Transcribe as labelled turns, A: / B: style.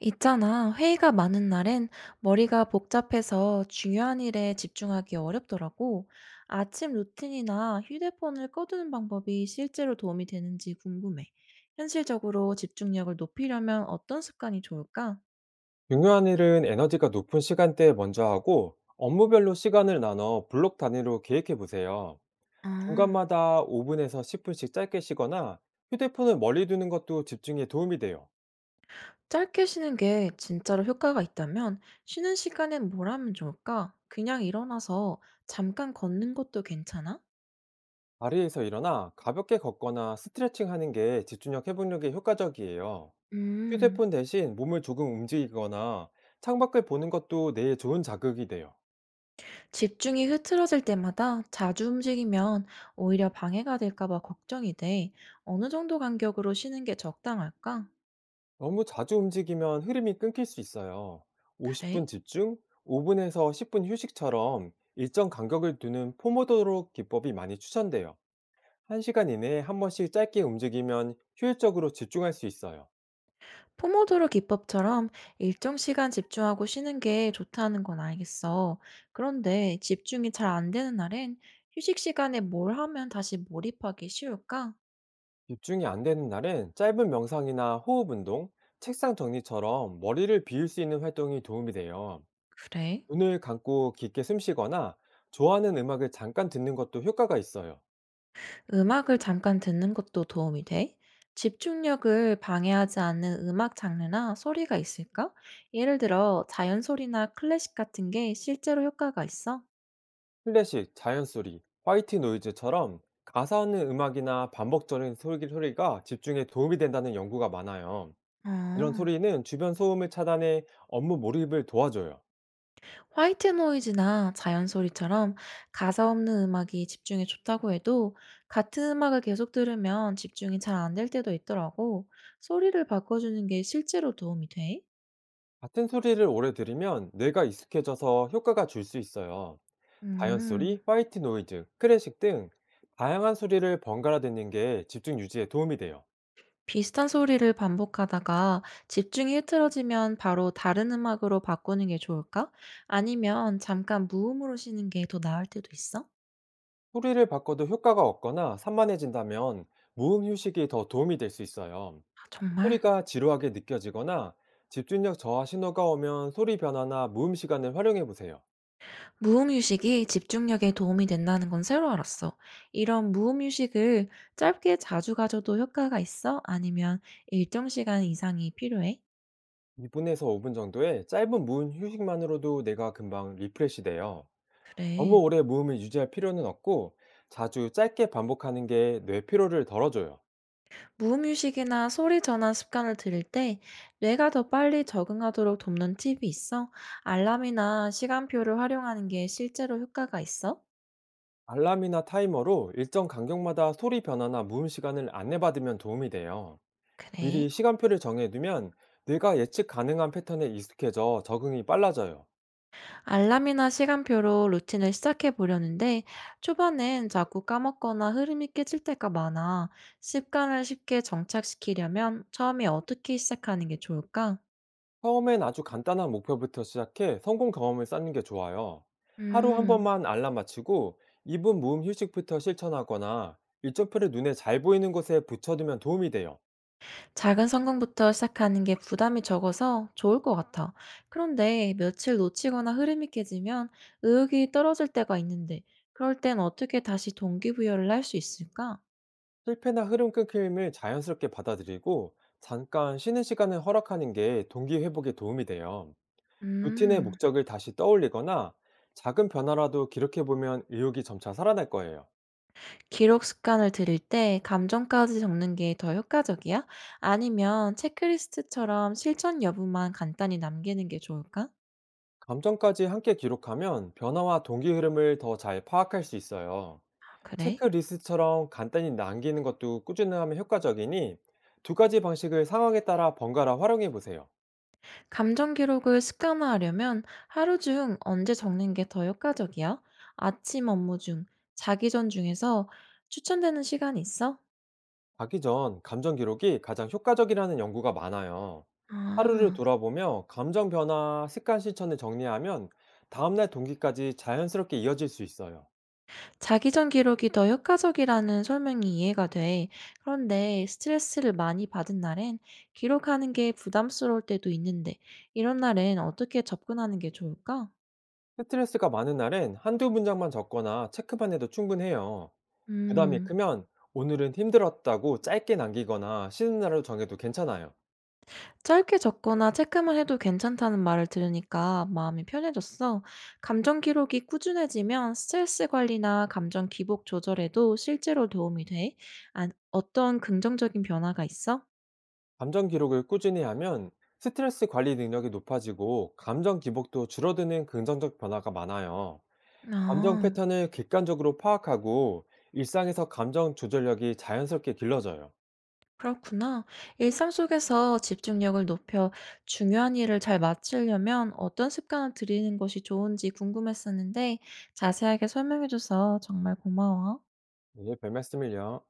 A: 있잖아, 회의가 많은 날엔 머리가 복잡해서 중요한 일에 집중하기 어렵더라고. 아침 루틴이나 휴대폰을 꺼두는 방법이 실제로 도움이 되는지 궁금해. 현실적으로 집중력을 높이려면 어떤 습관이 좋을까?
B: 중요한 일은 에너지가 높은 시간대에 먼저 하고, 업무별로 시간을 나눠 블록 단위로 계획해 보세요.
A: 아,
B: 중간마다 5분에서 10분씩 짧게 쉬거나 휴대폰을 멀리 두는 것도 집중에 도움이 돼요.
A: 짧게 쉬는 게 진짜로 효과가 있다면 쉬는 시간엔 뭘 하면 좋을까? 그냥 일어나서 잠깐 걷는 것도 괜찮아?
B: 자리에서 일어나 가볍게 걷거나 스트레칭 하는 게 집중력 회복력에 효과적이에요.
A: 음.
B: 휴대폰 대신 몸을 조금 움직이거나 창밖을 보는 것도 뇌에 좋은 자극이 돼요.
A: 집중이 흐트러질 때마다 자주 움직이면 오히려 방해가 될까 봐 걱정이 돼. 어느 정도 간격으로 쉬는 게 적당할까?
B: 너무 자주 움직이면 흐름이 끊길 수 있어요.
A: 그래?
B: 50분 집중, 5분에서 10분 휴식처럼 일정 간격을 두는 포모도로 기법이 많이 추천돼요. 1시간 이내에 한 번씩 짧게 움직이면 효율적으로 집중할 수 있어요.
A: 포모도로 기법처럼 일정 시간 집중하고 쉬는 게 좋다는 건 알겠어. 그런데 집중이 잘 안 되는 날엔 휴식 시간에 뭘 하면 다시 몰입하기 쉬울까?
B: 집중이 안 되는 날엔 짧은 명상이나 호흡 운동, 책상 정리처럼 머리를 비울 수 있는 활동이 도움이 돼요.
A: 그래?
B: 눈을 감고 깊게 숨 쉬거나 좋아하는 음악을 잠깐 듣는 것도 효과가 있어요.
A: 음악을 잠깐 듣는 것도 도움이 돼? 집중력을 방해하지 않는 음악 장르나 소리가 있을까? 예를 들어 자연 소리나 클래식 같은 게 실제로 효과가 있어?
B: 클래식, 자연 소리, 화이트 노이즈처럼 가사 없는 음악이나 반복적인 소리가 집중에 도움이 된다는 연구가 많아요. 이런
A: 아,
B: 소리는 주변 소음을 차단해 업무 몰입을 도와줘요.
A: 화이트 노이즈나 자연 소리처럼 가사 없는 음악이 집중에 좋다고 해도 같은 음악을 계속 들으면 집중이 잘 안 될 때도 있더라고. 소리를 바꿔주는 게 실제로 도움이 돼?
B: 같은 소리를 오래 들으면 뇌가 익숙해져서 효과가 줄 수 있어요. 자연
A: 음.
B: 소리, 화이트 노이즈, 클래식 등 다양한 소리를 번갈아 듣는 게 집중 유지에 도움이 돼요.
A: 비슷한 소리를 반복하다가 집중이 흐트러지면 바로 다른 음악으로 바꾸는 게 좋을까? 아니면 잠깐 무음으로 쉬는 게 더 나을 때도 있어?
B: 소리를 바꿔도 효과가 없거나 산만해진다면 무음 휴식이 더 도움이 될 수 있어요.
A: 아, 정말?
B: 소리가 지루하게 느껴지거나 집중력 저하 신호가 오면 소리 변화나 무음 시간을 활용해 보세요.
A: 무음 휴식이 집중력에 도움이 된다는 건 새로 알았어. 이런 무음 휴식을 짧게 자주 가져도 효과가 있어? 아니면 일정 시간 이상이 필요해?
B: 2분에서 5분 정도의 짧은 무음 휴식만으로도 내가 금방 리프레시 돼요. 너무
A: 그래.
B: 오래 무음을 유지할 필요는 없고, 자주 짧게 반복하는 게 뇌 피로를 덜어줘요.
A: 무음유식이나 소리 전환 습관을 들일 때 뇌가 더 빨리 적응하도록 돕는 팁이 있어? 알람이나 시간표를 활용하는 게 실제로 효과가 있어?
B: 알람이나 타이머로 일정 간격마다 소리 변화나 무음 시간을 안내받으면 도움이 돼요. 미리
A: 그래.
B: 시간표를 정해두면 뇌가 예측 가능한 패턴에 익숙해져 적응이 빨라져요.
A: 알람이나 시간표로 루틴을 시작해 보려는데 초반엔 자꾸 까먹거나 흐름이 깨질 때가 많아. 습관을 쉽게 정착시키려면 처음에 어떻게 시작하는 게 좋을까?
B: 처음엔 아주 간단한 목표부터 시작해 성공 경험을 쌓는 게 좋아요. 하루 한
A: 음.
B: 번만 알람 맞추고 2분 무음 휴식부터 실천하거나 일정표를 눈에 잘 보이는 곳에 붙여두면 도움이 돼요.
A: 작은 성공부터 시작하는 게 부담이 적어서 좋을 것 같아. 그런데 며칠 놓치거나 흐름이 깨지면 의욕이 떨어질 때가 있는데, 그럴 땐 어떻게 다시 동기부여를 할 수 있을까?
B: 실패나 흐름 끊김을 자연스럽게 받아들이고 잠깐 쉬는 시간을 허락하는 게 동기 회복에 도움이 돼요. 루틴의
A: 음,
B: 목적을 다시 떠올리거나 작은 변화라도 기록해보면 의욕이 점차 살아날 거예요.
A: 기록 습관을 들일 때 감정까지 적는 게 더 효과적이야? 아니면 체크리스트처럼 실천 여부만 간단히 남기는 게 좋을까?
B: 감정까지 함께 기록하면 변화와 동기 흐름을 더 잘 파악할 수 있어요.
A: 아, 그래?
B: 체크리스트처럼 간단히 남기는 것도 꾸준히 하면 효과적이니, 두 가지 방식을 상황에 따라 번갈아 활용해 보세요.
A: 감정 기록을 습관화하려면 하루 중 언제 적는 게 더 효과적이야? 아침 업무 중, 자기 전 중에서 추천되는 시간이 있어?
B: 가기 전 감정 기록이 가장 효과적이라는 연구가 많아요. 하루를
A: 아,
B: 돌아보며 감정 변화, 습관 실천을 정리하면 다음날 동기까지 자연스럽게 이어질 수 있어요.
A: 자기 전 기록이 더 효과적이라는 설명이 이해가 돼. 그런데 스트레스를 많이 받은 날엔 기록하는 게 부담스러울 때도 있는데, 이런 날엔 어떻게 접근하는 게 좋을까?
B: 스트레스가 많은 날엔 한두 문장만 적거나 체크만 해도 충분해요. 부담이
A: 음.
B: 크면 오늘은 힘들었다고 짧게 남기거나 쉬는 날로 정해도 괜찮아요.
A: 짧게 적거나 체크만 해도 괜찮다는 말을 들으니까 마음이 편해졌어. 감정 기록이 꾸준해지면 스트레스 관리나 감정 기복 조절에도 실제로 도움이 돼? 아, 어떤 긍정적인 변화가 있어?
B: 감정 기록을 꾸준히 하면 스트레스 관리 능력이 높아지고 감정 기복도 줄어드는 긍정적 변화가 많아요. 감정
A: 아,
B: 패턴을 객관적으로 파악하고 일상에서 감정 조절력이 자연스럽게 길러져요.
A: 그렇구나. 일상 속에서 집중력을 높여 중요한 일을 잘 마치려면 어떤 습관을 들이는 것이 좋은지 궁금했었는데 자세하게 설명해줘서 정말 고마워.
B: 오늘 별 말씀을요.